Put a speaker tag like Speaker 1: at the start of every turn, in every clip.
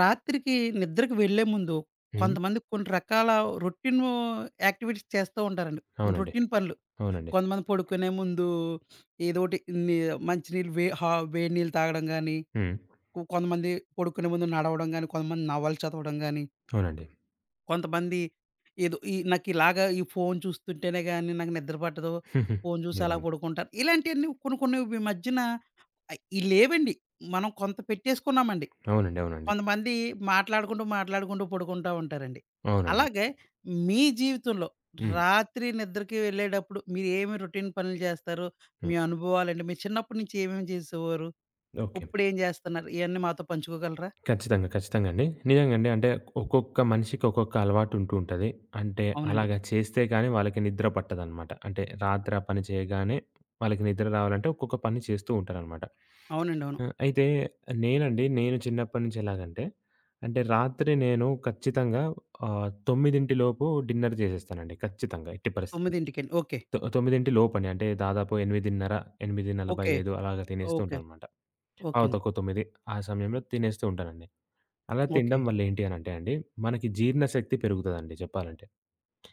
Speaker 1: రాత్రికి నిద్రకు వెళ్ళే ముందు
Speaker 2: హ్మ్.
Speaker 1: కొంతమంది కొన్ని రకాల రొటీన్ యాక్టివిటీస్ చేస్తూ ఉంటారండి. కొన్ని
Speaker 2: అవునండి.
Speaker 1: రొటీన్ పనులు.
Speaker 2: అవునండి.
Speaker 1: కొంతమంది పడుకునే ముందు ఏదోటి ని మంచినీళ్ళు వే హా వేడి నీళ్ళు తాగడం గాని,
Speaker 2: హ్మ్.
Speaker 1: కొంతమంది పడుకునే ముందు నడవడం గాని, కొంతమంది నవలు చదవడం గాని,
Speaker 2: అవునండి.
Speaker 1: కొంతమంది ఏదో ఈ నాకిలాగ ఈ ఫోను చూస్తుంటేనే గాని నాకు నిద్ర పట్టదు. ఫోను చూసి అలా
Speaker 2: యెస్.
Speaker 1: పడుకుంటాను. ఇలాంటియన్నీ కొన్ని కొన్ని ఈ మధ్యన ఇయి లేవండి. మనం కొంత పెట్టేసుకున్నామండి.
Speaker 2: అవునండి. అవునండి.
Speaker 1: కొంతమంది మాట్లాడుకుంటూ, మాట్లాడుకుంటూ పడుకుంటా ఉంటారండి.
Speaker 2: అవునండి.
Speaker 1: అలాగే మీ జీవితంలో
Speaker 2: హ్మ్.
Speaker 1: రాత్రి నిద్రకి వెళ్ళేటప్పుడు మీరేమి రొటీన్ పనులు చేస్తారు?
Speaker 2: హ్మ్.
Speaker 1: మీ అనుభవాలేంటి? మీరు చిన్నప్పటి నుంచి ఏమేమి చేసేవారు?
Speaker 2: ఓకే.
Speaker 1: ఇప్పుడేం చేస్తున్నారు? ఇయన్నీ మాతో పంచుకోగలరా?
Speaker 2: ఖచ్చితంగా. ఖచ్చితంగా అండి. నిజంగండి. అంటే ఒక్కొక్క మనిషికి ఒక్కొక్క అలవాటు ఉంటూ ఉంటది. అంటే
Speaker 1: అవునండి.
Speaker 2: అలాగా చేస్తే గాని వాళ్ళకి నిద్ర పట్టదనమాట. అంటే రాత్రి ఆ పని చేయగానే వాళ్ళకి నిద్ర రావాలంటే ఒక్కొక్క పని చేస్తూ ఉంటారనమాట.
Speaker 1: అవునండి. అవును.
Speaker 2: ఆ! అయితే నేనండి నేను చిన్నప్పటి నుంచి ఎలాగంటే, అంటే రాత్రి నేను ఖచ్చితంగా 9 లోపు డిన్నర్ చేసేస్తానండి. ఖచ్చితంగా ఎట్టి పరిస్థితుల్లో.
Speaker 1: 9కి ఓకే.
Speaker 2: 9 లోపని. అంటే దాదాపు 8:30
Speaker 1: ఓకే.
Speaker 2: 8:45 అలాగా తినేస్తూ
Speaker 1: ఓకే.
Speaker 2: ఉంటాననమాట.
Speaker 1: ఓకే
Speaker 2: పావు
Speaker 1: అండి.
Speaker 2: తక్కువ 9 ఆ సమయంలో తినేస్తూ ఉంటానండి. అలా తినడం
Speaker 1: ఓకే.
Speaker 2: వల్ల ఏంటి అనంటే అండి, మనకి జీర్ణశక్తి పెరుగుతదండి చెప్పాలంటే.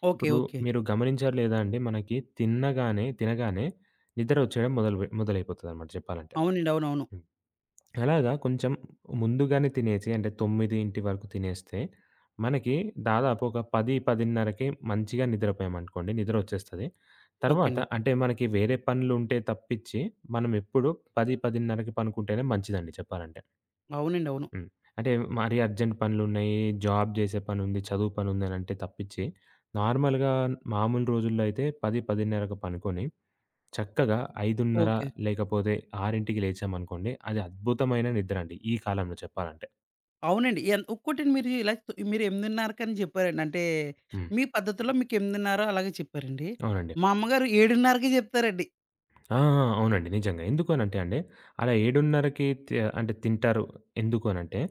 Speaker 1: ఓకే.
Speaker 2: ఇప్పుడు
Speaker 1: ఓకే.
Speaker 2: మీరు గమనించారో లేదా అండి, మనకి తినగానే నిద్ర వచ్చేయడం మొదలైపోతదనమాట చెప్పాలంటే.
Speaker 1: అవునండి. అవునవును.
Speaker 2: అలాగా కొంచెం ముందుగానే తినేసి అంటే 9 వరకు తినేస్తే, మనకి దాదాపు ఒక 10, 10:30కి మంచిగా నిద్రపోయామనుకోండి నిద్రొచ్చేస్తది.
Speaker 1: ఓకే
Speaker 2: తర్వాత
Speaker 1: అండి.
Speaker 2: అంటే మనకి వేరే పనులుంటే తప్పించి మనమెప్పుడు 10, 10:30కి పనుకుంటేనే మంచిదండి చెప్పాలంటే.
Speaker 1: అవునండి. అవును.
Speaker 2: హ్మ్. అంటే మరీ అర్జెంట్ పనులున్నాయి, జాబ్ చేసే పనుంది, చదువు పనుందనంటే తప్పించి, నార్మల్‌గా మామూలు రోజుల్లో అయితే 10, 10:30కి పనుకొని చక్కగా 5:30
Speaker 1: ఓకే.
Speaker 2: లేకపోతే 6కి లేచామనుకోండి, అది అద్భుతమైన నిద్ర అండి ఈ కాలంలో చెప్పాలంటే.
Speaker 1: అవునండి. ఇంకోటండి, మీరు మీరు 8:30కని చెప్పారండి. అంటే
Speaker 2: హ్మ్.
Speaker 1: మీ పద్ధతిలో మీకు 8:30 అలాగే చెప్పారండి.
Speaker 2: అవునండి.
Speaker 1: మా అమ్మగారు 7:30కే చెప్తారండి.
Speaker 2: ఆ! ఆ! అవునండి. నిజంగా. ఎందుకు అనంటే అండి, అలా 7:30కి అంటే తింటారు. ఎందుకు అనంటే,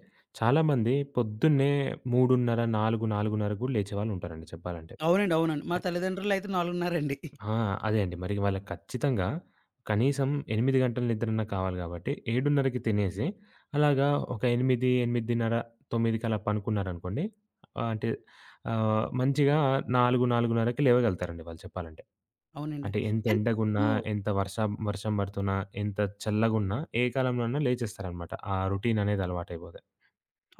Speaker 2: చాలామంది పొద్దున్నే 3:30, 4, 4:30 గూడా లేచేవాళ్ళుంటారండి చెప్పాలంటే.
Speaker 1: అవునండి. అవునండి. మా తల్లిదండ్రులైతే 4:30 అండి.
Speaker 2: ఆ! అదే అండి. మరి వాళ్ళకి ఖచ్చితంగా కనీసం 8 గంటల నిద్రన్నా కావాలి గాబట్టి 7:30కి తినేసి, అలాగా ఒక 8, 8:30, 9కి అలా పనుకున్నారనుకోండి ఆహ్, అంటే మంచిగా 4, 4:30కి లేవగలుగుతారండి వాళ్ళు చెప్పాలంటే.
Speaker 1: అవునండి.
Speaker 2: అంటే ఎంత
Speaker 1: కానీ
Speaker 2: ఎండగున్నా,
Speaker 1: మీరు
Speaker 2: ఎంత వర్షం వర్షం పడుతున్నా, ఎంత చల్లగున్నా ఏ కాలంలోనైనా లేచేస్తారనమాట. ఆ రొటీన్ అనేది అలవాటైపోతే.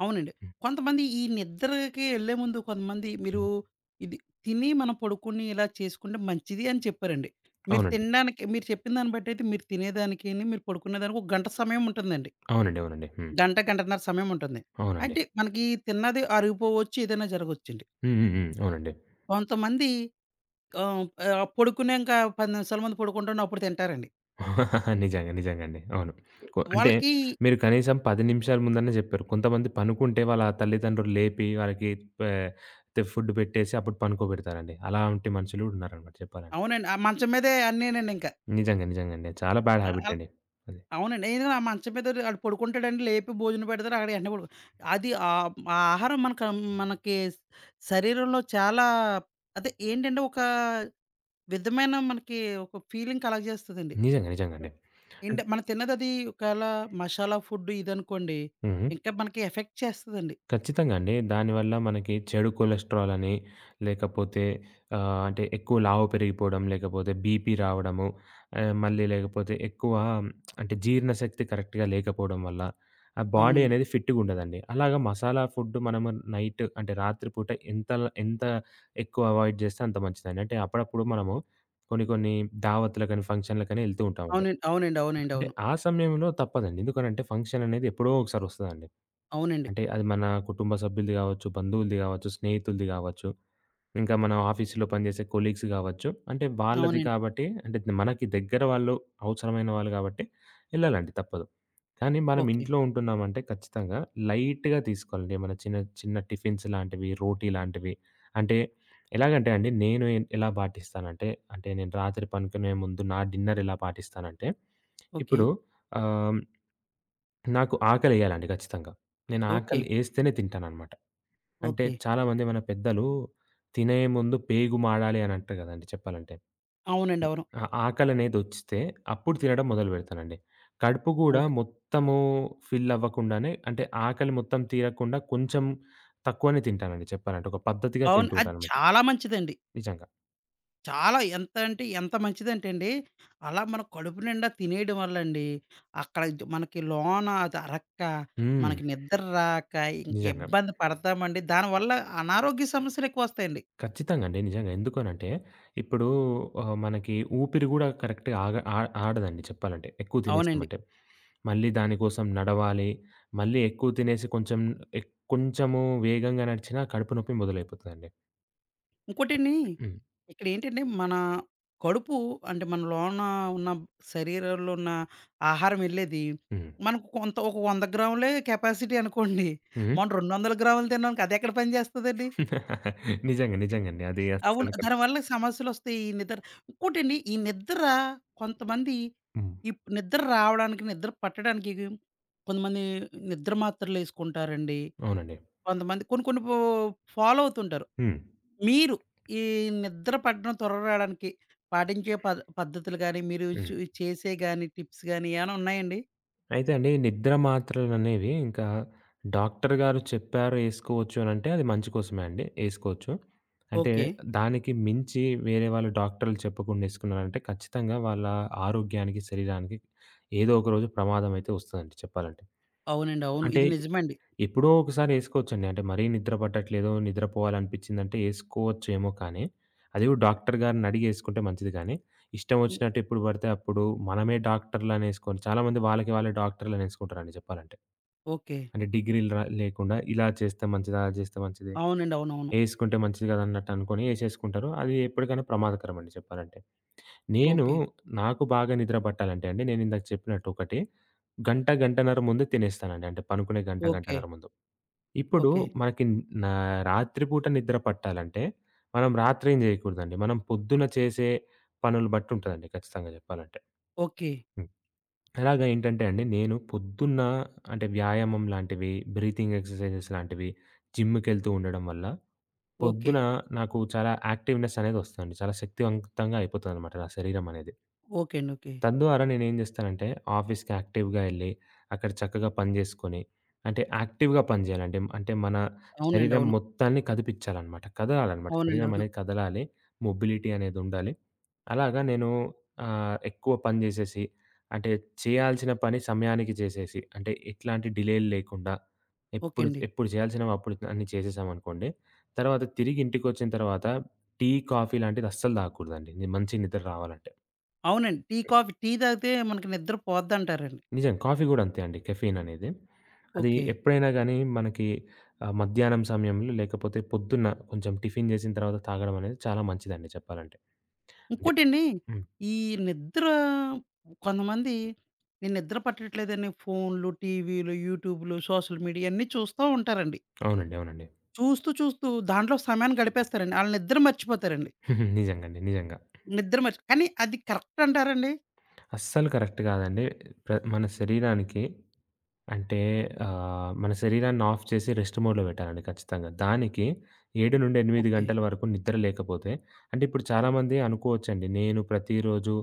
Speaker 1: అవునండి.
Speaker 2: హ్మ్.
Speaker 1: కొంతమంది ఈ నిద్రకి ఎళ్ళే ముందు కొంతమంది మీరు
Speaker 2: హ్మ్.
Speaker 1: ఇది తిని మనం పడుకుని ఇలా చేసుకుంటే మంచిది అని చెప్పారండి. మీరు
Speaker 2: అవునండి.
Speaker 1: తినడానికి మీరు చెప్పిన దాన్ని బట్టయితే మీరు తినేదానికిని, మీరు పడుకునేదానికి ఒక గంట సమయం ఉంటుందండి.
Speaker 2: అవునండి. అవునండి. హ్మ్.
Speaker 1: గంట, గంటన్నర సమయముంటుంది.
Speaker 2: అవునండి.
Speaker 1: అంటే మనకి తిన్నది అరిగిపోవచ్చు, ఏదైనా జరగొచ్చండి.
Speaker 2: హ్మ్. హ్మ్. హ్మ్. అవునండి.
Speaker 1: కొంతమంది ఆహ్, ఆహ్, పడుకునేంక 10 నిమిషాల ముందు పడుకుంటాను అప్పుడు తింటారండి.
Speaker 2: నిజంగా. నిజంగండి. అవును. అంటే
Speaker 1: వాళ్ళకి
Speaker 2: మీరు కనీసం 10 నిమిషాల ముందన్న జెప్పారు. కొంతమంది పనుకుంటే వాళ్ళ తల్లిదండ్రులు లేపి వాళ్ళకి పే తే ఫుడ్ పెట్టేసి అప్పుడు పనుకోబెడతారండి. అలాంటి మనుషులు గూడా ఉన్నారనమాట చెప్పాలంటే.
Speaker 1: అవునండి. ఆ మంచం మీదే అన్నీనండింక.
Speaker 2: నిజంగా. నిజంగండి. చాలా బ్యాడ్
Speaker 1: ఆహ్,
Speaker 2: హ్యాబిట్
Speaker 1: ఆహ్,
Speaker 2: అండి అది.
Speaker 1: అవునండి. ఏదో ఆ మంచం మీద ఆడు పడుకుంటాడండి, లేపి భోజనం పెడతారు. అక్కడ వెంటనే అది ఆ ఆహారం మనకి శరీరంలో చాలా అదే ఏంటంటే, ఒక విధమైన మనకి ఒక ఫీలింగ్ కలగజేస్తదండి.
Speaker 2: నిజంగా. నిజంగండి. అంటే
Speaker 1: ఏంటే మనం తిన్నదది ఒకేళ మసాలా ఫుడ్ ఇదనుకోండి,
Speaker 2: హ్మ్.
Speaker 1: ఇంకా మనకి ఎఫెక్ట్ చేస్తదండి.
Speaker 2: ఖచ్చితంగా అండి. దానివల్ల మనకి చెడు కొలెస్ట్రాల్ అని, లేకపోతే అంటే ఎక్కువ లావు పెరిగిపోవడం, లేకపోతే బీపీ రావడము, మళ్ళీ లేకపోతే ఎక్కువ అంటే జీర్ణశక్తి కరెక్ట్‌గా లేకపోవడం వల్ల, ఆ బాడీ
Speaker 1: అవునండి.
Speaker 2: అనేది ఫిట్‌గుండదండి. అలాగా మసాలా ఫుడ్ మనము నైట్ అంటే రాత్రి పూట ఎంత ఎంత ఎక్కువ అవాయిడ్ చేస్తే అంత మంచిదండి. అంటే అప్పుడప్పుడు మనము కొన్ని కొన్ని దావత్‌లకని, ఫంక్షన్‌లకని ఎళ్తూ ఉంటామండి.
Speaker 1: అవునండి. అవునండి. అవునండి.
Speaker 2: అంటే
Speaker 1: అవును.
Speaker 2: ఆ సమయంలో తప్పదండి. ఎందుకనంటే ఫంక్షన్ అనేది ఎప్పుడో ఒకసారి వస్తదండి.
Speaker 1: అవునండి.
Speaker 2: అంటే అది మన కుటుంబ సభ్యులది గావచ్చు, బంధువులది గావచ్చు, స్నేహితులది గావచ్చు, ఇంకా మన ఆఫీస్‌లో పనిజేసే కొలీగ్స్ గావచ్చు. అంటే వాళ్ళది
Speaker 1: అవునండి.
Speaker 2: కాబట్టి అంటే మనకి దగ్గర వాళ్ళు, అవసరమైన వాళ్ళు గాబట్టి ఎళ్ళాలండి తప్పదు. కానీ మనం
Speaker 1: ఓకే.
Speaker 2: ఇంట్లో ఉంటున్నామంటే ఖచ్చితంగా లైట్‌గా తీసుకోవాలండి. ఏమన్నా చిన్న చిన్న టిఫిన్స్ లాంటివి, రోటీ లాంటివి అంటే ఎలాగంటే అండి నేను ఎలా పాటిస్తానంటే, అంటే నేను రాత్రి పనుకునే ముందు నా డిన్నర్ ఎలా పాటిస్తానంటే,
Speaker 1: ఓకే.
Speaker 2: ఇప్పుడు ఆహ్ నాకు ఆకలేయాలండి ఖచ్చితంగా. నేను హ్మ్.
Speaker 1: ఓకే.
Speaker 2: ఆకలి ఏస్తేనే తింటాననమాట. అంటే
Speaker 1: ఓకే.
Speaker 2: చాలామంది మన పెద్దలు తినే ముందు పేగు మాడాలి అని అంటారు గదండీ చెప్పాలంటే.
Speaker 1: అవునండి. అవును.
Speaker 2: ఆ ఆకలనేదొచ్చితే అప్పుడు తినడం మొదలుపెడతానండి. కడుపు గూడా
Speaker 1: ఓకే.
Speaker 2: మొత్తము ఫిల్ అవ్వకుండానే అంటే ఆకలి మొత్తం తీరకుండా కొంచెం తక్కువనే తింటానండి చెప్పాలంటే. ఒక పద్ధతిగా
Speaker 1: అవును.
Speaker 2: తింటూ
Speaker 1: అది
Speaker 2: ఉంటాననమాట.
Speaker 1: చాలా మంచిదండి.
Speaker 2: నిజంగా.
Speaker 1: చాలా ఎంత అంటే ఎంత మంచిదంటే అండి, అలా మనం కడుపు నిండా తినేయడం వల్లండి, అక్కడ మనకి లోన అది అరక్క,
Speaker 2: హ్మ్.
Speaker 1: మనకి నిద్ర రాక, ఇంక
Speaker 2: నిజంగా.
Speaker 1: ఇబ్బంది పడతామండి. దానివల్ల అనారోగ్య సమస్యలెక్కువొస్తాయండి.
Speaker 2: ఖచ్చితంగా అండి. నిజంగా. ఎందుకనంటే, ఇప్పుడు మనకి ఊపిరి గూడా కరెక్ట్‌గా ఆగ ఆ ఆడదండి చెప్పాలంటే. ఎక్కువ
Speaker 1: అవునండి.
Speaker 2: తినేసామంటే. మళ్ళీ దానికోసం నడవాలి. మళ్ళీ ఎక్కువ తినేసి కొంచెం కొంచెము వేగంగా నడిచినా కడుపు నొప్పి మొదలైపోతదండి.
Speaker 1: ఇంకోటండి,
Speaker 2: హ్మ్.
Speaker 1: ఇక్కడేంటంటే మన కడుపు అంటే మన లోన ఉన్న శరీరంలో ఉన్న ఆహారం వెళ్ళేది,
Speaker 2: హ్మ్.
Speaker 1: మనకు కొంత ఒక 100 గ్రాములే కెపాసిటీ అనుకోండి.
Speaker 2: హ్మ్.
Speaker 1: మనం 200 గ్రాములు తినడానికి అదెక్కడ పని చేస్తదండి?
Speaker 2: నిజంగా. నిజంగండి. అది
Speaker 1: అవును.
Speaker 2: అస్సలు కరెక్ట్.
Speaker 1: దానివల్ల సమస్యలొస్తాయి. ఈ నిద్ర ఇంకోటండి, ఈ నిద్ర కొంతమంది
Speaker 2: హ్మ్.
Speaker 1: ఈ నిద్ర రావడానికి, నిద్ర పట్టడానికి కొంతమంది నిద్ర మాత్రలేసుకుంటారండి.
Speaker 2: అవునండి.
Speaker 1: కొంతమంది కొన్ని కొన్ని ఫాలో అవుతుంటారు.
Speaker 2: హ్మ్.
Speaker 1: మీరు ఈ నిద్ర పట్టడం రాడానికి పాటించే పద్ధతులు గాని, మీరు
Speaker 2: హ్మ్.
Speaker 1: చేసే గాని టిప్స్ గాని ఏమైనా ఉన్నాయండి?
Speaker 2: అయితే అండి నిద్ర మాత్రలనేవి ఇంకా డాక్టర్ గారు చెప్పారు ఏసుకోవచ్చు అనంటే అది మంచి కోసమే అండి ఏసుకోవచ్చు. అంటే
Speaker 1: ఓకే.
Speaker 2: దానికి మించి వేరే వాళ్ళు డాక్టర్లు చెప్పకుండా ఏసుకున్నారంటే ఖచ్చితంగా వాళ్ళ ఆరోగ్యానికి, శరీరానికి ఏదో ఒక రోజు ప్రమాదం అయితే వస్తదండి చెప్పాలంటే.
Speaker 1: అవునండి. అవును.
Speaker 2: అంటే
Speaker 1: ఇది నిజమండి.
Speaker 2: ఎప్పుడో ఒకసారి ఏసుకోవచ్చండి. అంటే మరీ నిద్ర పట్టట్లేదు, నిద్రపోవాలనిపించిందంటే ఏసుకోవచ్చేమో కానీ, అది కూడా డాక్టర్ గారినడిగి ఏసుకుంటే మంచిది కానీ, ఇష్టం
Speaker 1: హ్మ్.
Speaker 2: వచ్చినట్టు ఎప్పుడు పడితే అప్పుడు మనమే డాక్టర్‌లనేసుకొని చాలామంది వాళ్ళకి వాళ్ళే డాక్టర్‌లనేసుకుంటారండి చెప్పాలంటే.
Speaker 1: ఓకే.
Speaker 2: అంటే డిగ్రీలు లేకుండా ఇలా చేస్తే మంచిది, అలా చేస్తే మంచిది,
Speaker 1: అవునండి. అవునవును.
Speaker 2: ఏసుకుంటే మంచిది కదా! అన్నట్టు అనుకోని ఏసేసుకుంటారు. అది ఎప్పటికైనా ప్రమాదకరమండి చెప్పాలంటే. నేను
Speaker 1: ఓకే.
Speaker 2: నాకు బాగా నిద్ర పట్టాలంటే అండి, నేనిందాక చెప్పినట్టు ఒకటి గంట, గంటన్నర ముందే తినేస్తానండి. అంటే పనుకునే గంట,
Speaker 1: ఓకే.
Speaker 2: గంటన్నర ముందు. ఇప్పుడు
Speaker 1: ఓకే.
Speaker 2: మనకి నా రాత్రిపూట నిద్ర పట్టాలంటే, మనం రాత్రేం జేయకూడదండి. మనం పొద్దున చేసే పనులు బట్టి ఉంటదండి ఖచ్చితంగా జెప్పాలంటే.
Speaker 1: ఓకే.
Speaker 2: అలాగా ఏంటంటే అండి, నేను పొద్దున్న అంటే వ్యాయామం లాంటివి, బ్రీతింగ్ ఎక్సర్‌సైజెస్ లాంటివి, జిమ్‌కెళ్తూ ఉండడం వల్ల,
Speaker 1: ఓకే.
Speaker 2: పొద్దున నాకు చాలా యాక్టివ్‌నెస్ అనేది వస్తదండి. చాలా శక్తివంతంగా అయిపోతదనమాట నా శరీరం అనేది.
Speaker 1: ఓకే అండి. ఓకే.
Speaker 2: తద్వారా నేనేం జేస్తానంటే, ఆఫీస్‌కి యాక్టివ్‌గా ఎళ్ళి, అక్కడ చక్కగా పని జేసుకొని, అంటే యాక్టివ్‌గా పని జేయాలండి. అంటే మన
Speaker 1: అవునండి.
Speaker 2: శరీరం
Speaker 1: అవును.
Speaker 2: మొత్తాన్ని కదిపిచ్చాలనమాట. కదలాలనమాట.
Speaker 1: అవునండి.
Speaker 2: శరీరం
Speaker 1: అవును.
Speaker 2: అనేది కదలాలి. మొబిలిటీ అనేది ఉండాలి. అలాగా నేను ఎక్కువ పని జేసేసి అంటే చేయాల్సిన పని సమయానికి చేసేసి, అంటే ఎట్లాంటి డిలేలు లేకుండా
Speaker 1: ఓకే
Speaker 2: ఎప్పుడు
Speaker 1: అండి.
Speaker 2: ఎప్పుడు చేయాల్సినవి అప్పుడు అన్నీ చేసేసామనుకోండి. తర్వాత తిరిగి ఇంటికొచ్చిన తర్వాత టీ, కాఫీ లాంటిది అస్సలు తాగకూడదండి. మంచి నిద్ర రావాలంటే.
Speaker 1: అవునండి. టీ, కాఫీ టీ తాగితే మనకి నిద్ర పోద్దంటారండి.
Speaker 2: నిజం కాఫీ గూడా అంతే అండి కెఫెయిన్ అనేది. అది
Speaker 1: ఓకే.
Speaker 2: ఎప్పుడైనా గానీ మనకి మధ్యాహ్నం సమయంలో లేకపోతే పొద్దున్న కొంచెం టిఫిన్ చేసిన తర్వాత తాగడం అనేది చాలా మంచిదండి చెప్పాలంటే. అంటే
Speaker 1: ఇంకోటండి,
Speaker 2: హ్మ్.
Speaker 1: ఈ నిద్ర కొంతమంది నేను నిద్ర పట్టట్లేదని ఫోన్‌లు, టీవీలు, యూట్యూబ్‌లు, సోషల్ మీడియా ఇయన్నీ చూస్తా ఉంటారండి.
Speaker 2: అవునండి. అవునండి.
Speaker 1: చూస్తూ, చూస్తూ దాంట్లో సమయాన్ని గడిపేస్తారండి. ఆళ్ళు నిద్ర మర్చిపోతారండి.
Speaker 2: నిజంగండి. నిజంగా.
Speaker 1: నిద్ర మర్చి కానీ అది కరెక్ట్ అంటారండి?
Speaker 2: అస్సలు కరెక్ట్ కాదండి. మన శరీరానికి అంటే మన శరీరాన్ని ఆఫ్ చేసి రెస్ట్ మోడ్‌లో పెట్టాలండి ఖచ్చితంగా. దానికి 7-8
Speaker 1: ఓకే.
Speaker 2: గంటల వరకు నిద్ర లేకపోతే అంటే ఇప్పుడు చాలామంది అనుకోవచ్చండి. నేను ప్రతిరోజు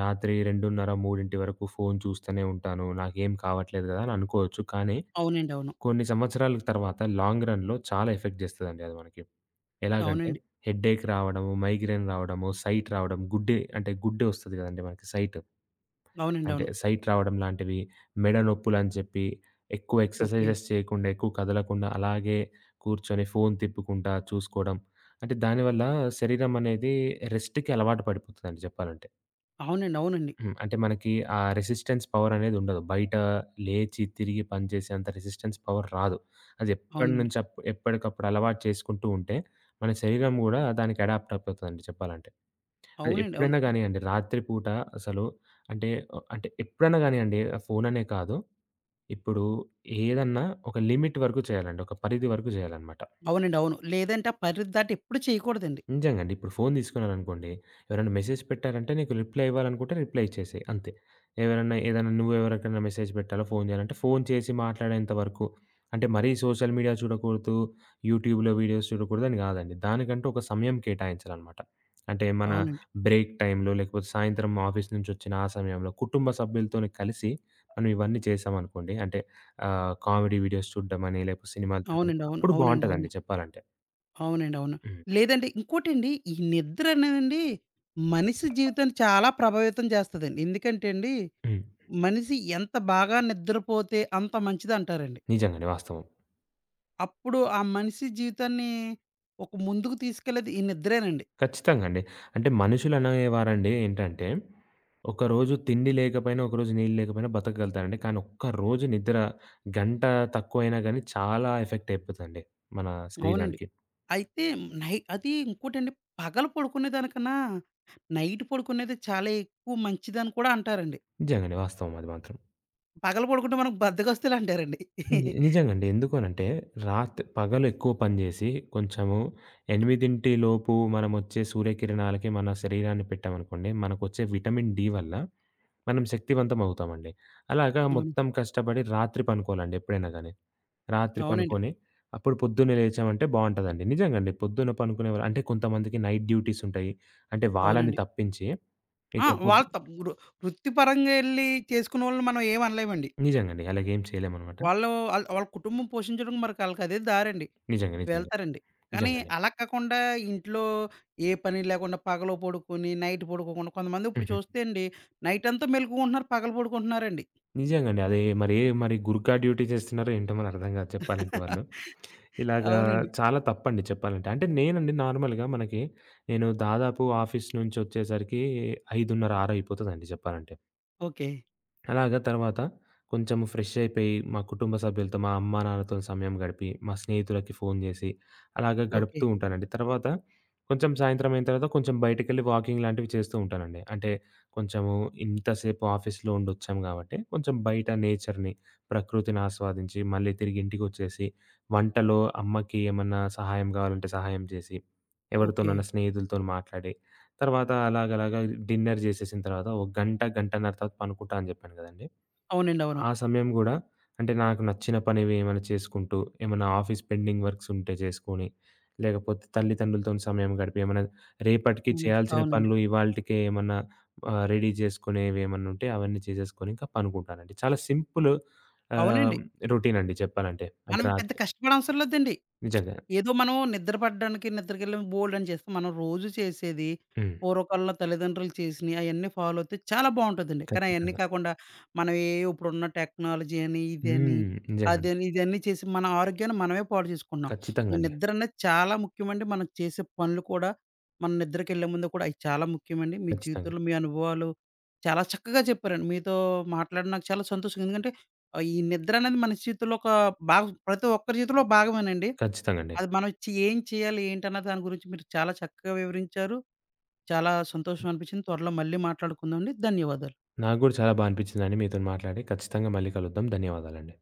Speaker 2: రాత్రి 2:30, 3 వరకు ఫోను చూస్తూనే ఉంటాను. నాకేం కావట్లేదు కదా! అని అనుకోవచ్చు. కానీ
Speaker 1: అవునండి. అవును.
Speaker 2: కొన్ని సంవత్సరాల తర్వాత లాంగ్ రన్‌లో చాలా ఎఫెక్ట్ చేస్తదండి అది మనకి. ఎలాగంటే
Speaker 1: అవునండి.
Speaker 2: హెడ్‌ఏక్ రావడము, మైగ్రేన్ రావడము, సైట్ రావడం, గుడ్డే అంటే గుడ్డే వస్తది కదండీ మనకి సైట్.
Speaker 1: అవునండి.
Speaker 2: అంటే
Speaker 1: అవును.
Speaker 2: సైట్ రావడం లాంటివి, మెడ నొప్పులని చెప్పి, ఎక్కువ
Speaker 1: ఓకే.
Speaker 2: ఎక్సర్‌సైజెస్ చేయకుండా, ఎక్కువ కదలకుండా అలాగే కూర్చొని ఫోను తిప్పుకుంటా చూసుకోవడం. అంటే దానివల్ల శరీరం అనేది రెస్ట్‌కి అలవాటు పడిపోతదండి చెప్పాలంటే.
Speaker 1: అవునండి. అవునండి.
Speaker 2: హ్మ్. అంటే మనకి ఆ రెసిస్టెన్స్ పవర్ అనేది ఉండదు. బయట లేచి తిరిగి పని చేసేంత రెసిస్టెన్స్ పవర్ రాదు. అది
Speaker 1: అవునండి.
Speaker 2: ఎప్పటినుంచి ఎప్పటికప్పుడు అలవాటు చేసుకుంటూ ఉంటే, మన శరీరం గూడా దానికి అడాప్ట్ అయిపోతదండి చెప్పాలంటే. అది
Speaker 1: అవునండి. అవును.
Speaker 2: ఎప్పుడైనా గానియండి రాత్రి పూట అసలు అంటే ఎప్పుడైనా గానియండి ఆ ఫోననే కాదు. ఇప్పుడు ఏదన్నా ఒక లిమిట్ వరకు చేయాలండి. ఒక పరిధి వరకు చేయాలనమాట.
Speaker 1: హ్మ్. అవునండి. అవును. లేదంటే ఆ పరిధి దాటి ఎప్పుడు చేయకూడదండి.
Speaker 2: నిజంగా అండి. ఇప్పుడు ఫోను తీసుకున్నాననుకోండి, ఎవరైనా మెసేజ్ పెట్టారంటే నీకు రిప్లై ఇవ్వాలనుకుంటే రిప్లై ఇచ్చేసేయి అంతే. ఎవరన్నా ఏదైనా నువ్వెవరికైనా మెసేజ్ పెట్టాలా, ఫోను చేయాలంటే ఫోను చేసి మాట్లాడేంత వరకు. అంటే మరీ సోషల్ మీడియా చూడకూడదు, యూట్యూబ్‌లో వీడియోస్ చూడకూడదు అని కాదండి. దానికంటూ ఒక సమయం కేటాయించాలనమాట. అంటే మన
Speaker 1: అవునండి.
Speaker 2: బ్రేక్ టైంలో లేకపోతే సాయంత్రం ఆఫీస్ నుంచొచ్చిన ఆ సమయంలో కుటుంబ సభ్యులతోని కలిసి మనం ఇవన్నీ చేశామనుకోండి అంటే కామెడీ వీడియోస్ చూడ్డమని లేకపోతే సినిమాలు చూడడం
Speaker 1: అవునండి. అవును.
Speaker 2: అప్పుడు
Speaker 1: అవునండి. అవును.
Speaker 2: బావుంటదండి చెప్పాలంటే.
Speaker 1: అవునండి. అవును.
Speaker 2: హ్మ్.
Speaker 1: లేదంటే ఇంకోటండి, ఈ నిద్ర అనేదండి మనిషి జీవితాన్ని చాలా ప్రభావితం చేస్తదండి. ఎందుకంటే అండి,
Speaker 2: హ్మ్.
Speaker 1: మనిషి ఎంత బాగా నిద్రపోతే అంత మంచిదంటారండి.
Speaker 2: నిజంగండి వాస్తవం.
Speaker 1: అప్పుడు ఆ మనిషి జీవితాన్ని ఒక ముందుకు తీసుకెళ్ళేది ఈ నిద్రేనండి.
Speaker 2: ఖచ్చితంగా అండి. అంటే మనుషులనేవారండి ఏంటంటే, ఒకరోజు తిండి లేకపోయినా, ఒకరోజు నీళ్ళు లేకపోయినా బతకగలుగుతారండి. కానీ ఒక్కరోజు నిద్ర గంట తక్కువైనా గానీ చాలా ఎఫెక్ట్ అయిపోతదండి మన
Speaker 1: అవునండి.
Speaker 2: శరీరానికి.
Speaker 1: అయితే అది ఇంకోటండి, పగలు పడుకునే దానికన్నా నైట్ పడుకునేది చాలా ఎక్కువ మంచిదని కూడా అంటారండి.
Speaker 2: నిజంగానే వాస్తవం అది మాత్రం.
Speaker 1: పగలు పడుకుంటే మనకు బద్ధకస్తులంటారండి.
Speaker 2: నిజంగండి. ఎందుకు అనంటే పగలు ఎక్కువ పని జేసి కొంచెము 8 లోపు మనమొచ్చే సూర్యకిరణాలకి మన శరీరాన్ని పెట్టామనుకోండి, మనకొచ్చే విటమిన్ డి వల్ల మనం శక్తివంతం అవుతామండి. అలాగా
Speaker 1: అవును.
Speaker 2: మొత్తం కష్టపడి రాత్రి పనుకోవాలండి ఎప్పుడైనా గాని. రాత్రి
Speaker 1: అవునండి.
Speaker 2: పనుకొని అప్పుడు పొద్దున్నే లేచామంటే బావుంటదండి. నిజంగండి పొద్దున పనుకునేవాళ్ళు అంటే కొంతమందికి నైట్ డ్యూటీస్ ఉంటాయి. అంటే వాళ్ళని
Speaker 1: అవునండి.
Speaker 2: తప్పించి
Speaker 1: ఆ!
Speaker 2: ఇట్లా పొద్దు
Speaker 1: వాళ్ళు తప్ వృ వృత్తిపరంగా ఎళ్లి చేసుకునేవాళ్ళని మనం ఏమి అనలేమండి.
Speaker 2: నిజంగండి. అలాగేం చేయలేమనమాట.
Speaker 1: వాళ్ళు వాళ్ళ కుటుంబం పోషించడం మరికి ఆళ్ళకి అదే దారండి.
Speaker 2: నిజంగా. నిజంగా.
Speaker 1: వెళ్తారండి. కానీ
Speaker 2: నిజంగండి.
Speaker 1: అలా కాకుండా ఇంట్లో ఏ పని లేకుండా పగలు పడుకొని, నైట్ పడుకోకుండా కొంతమంది ఇప్పుడు
Speaker 2: హుహు.
Speaker 1: చూస్తే అండి నైట్ అంతా మెలుకువకుంటున్నారు. పగలు పడుకుంటున్నారండి.
Speaker 2: నిజంగండి. అది మరి ఏ మరి గుర్కా డ్యూటీ చేస్తున్నారో ఏంటో మరి అర్థం గాదు చెప్పాలంటే వాళ్ళు. ఇలాగా
Speaker 1: అవునండి.
Speaker 2: చాలా తప్పండి చెప్పాలంటే. అంటే నేనండి నార్మల్‌గా మనకి నేను దాదాపు ఆఫీస్ నుంచొచ్చేసరికి 5:30, 6 అయిపోతదండి చెప్పాలంటే.
Speaker 1: ఓకే.
Speaker 2: అలాగా తర్వాత కొంచెం ఫ్రెష్ అయిపోయి, మా కుటుంబ సభ్యులతో, మా అమ్మా, నాన్నతోని సమయం గడిపి, మా స్నేహితులకి ఫోను జేసి, అలాగా హ్మ్.
Speaker 1: ఓకే.
Speaker 2: గడుపుతూ ఉంటానండి. తర్వాత కొంచెం సాయంత్రం అయిన తర్వాత కొంచెం బయటికెళ్ళి వాకింగ్ లాంటివి చేస్తూ ఉంటానండి. అంటే కొంచెము ఇంతసేపు ఆఫీస్‌లో ఉండొచ్చాం గాబట్టి, కొంచెం బయట నేచర్‌ని, ప్రకృతిని ఆస్వాదించి, మళ్ళీ తిరిగి ఇంటికొచ్చేసి, వంటలో అమ్మకి ఏమన్నా సహాయం గావాలంటే సహాయం జేసి,
Speaker 1: ఓకే.
Speaker 2: ఎవరితోనన్నా స్నేహితులతోని మాట్లాడి తర్వాత అలాగలాగా డిన్నర్ చేసేసిన తర్వాత ఒక గంట, గంటన్నర తర్వాత పనుకుంటా అని చెప్పాను కదండీ!
Speaker 1: అవునండి. అవును.
Speaker 2: ఆ సమయం గూడా అంటే నాకు నచ్చిన పనివి ఏమైనా చేసుకుంటూ, ఏమన్నా ఆఫీస్ పెండింగ్ వర్క్స్ ఉంటే చేసుకొని, లేకపోతే తల్లిదండ్రులతోని సమయం గడిపి, ఏమన్నా రేపటికి
Speaker 1: అవునండి.
Speaker 2: చేయాల్సిన
Speaker 1: అవునండి.
Speaker 2: పనులు ఇవాల్టికే ఏమన్నా రెడీ చేసుకునేవి ఏమన్నా ఉంటే అవన్నీ చేసేసుకొని ఇంకా పనుకుంటానండి. చాలా సింపుల్ ఆహ్,
Speaker 1: అవునండి.
Speaker 2: రొటీన్ అండి చెప్పాలంటే. అంటే
Speaker 1: మనం పెద్ద
Speaker 2: రాత్రి
Speaker 1: కష్టపడవసరం లేదండి.
Speaker 2: నిజంగా.
Speaker 1: ఏదో మనం నిద్ర పడడానికి నిద్రకెళ్ళి బోలెడన్ని చేస్తాం. మనం రోజు చేసేది
Speaker 2: హ్మ్.
Speaker 1: పూర్వకాలంలో తల్లిదండ్రులు చేసినయి అయన్నీ ఫాలో అవుతే చాలా బావుంటదండి. కానీ అయన్నీ
Speaker 2: ఖచ్చితంగా.
Speaker 1: కాకుండా మనం ఏయో ఇప్పుడున్న టెక్నాలజీ అని, ఇదని,
Speaker 2: హ్మ్. నిజంగండి.
Speaker 1: అదని, ఇదన్నీ చేసి మన ఆరోగ్యాన్ని మనమే పాడు చేసుకుంటున్నాం. ఈ
Speaker 2: ఖచ్చితంగా అండి.
Speaker 1: నిద్ర అనేది చాలా ముఖ్యమండి. మనం చేసే పనులు కూడా మనం నిద్రకెళ్ళే ముందు కూడా అయి చాలా ముఖ్యమండి. మీ
Speaker 2: ఖచ్చితంగా.
Speaker 1: జీవితంలో మీ అనుభవాలు చాలా చక్కగా చెప్పారండి. మీతో మాట్లాడడం నాకు చాలా సంతోషంగా ఎందుకంటే ఈ నిద్ర అనేది మన జీవితంలో ఒక భాగం ప్రతి ఒక్కరి జీవితంలో భాగమేనండి.
Speaker 2: ఖచ్చితంగా అండి.
Speaker 1: అది మనం ఏం చేయాలి? ఏంటన్న దాని గురించి మీరు చాలా చక్కగా వివరించారు. చాలా సంతోషం అనిపించింది. త్వరలో మళ్ళీ మాట్లాడుకుందామండి. ధన్యవాదాలు.
Speaker 2: నాకు గూడా చాలా బా అనిపించిందండి మీతోని మాట్లాడి. ఖచ్చితంగా మళ్ళీ కలుద్దాం. ధన్యవాదాలండి.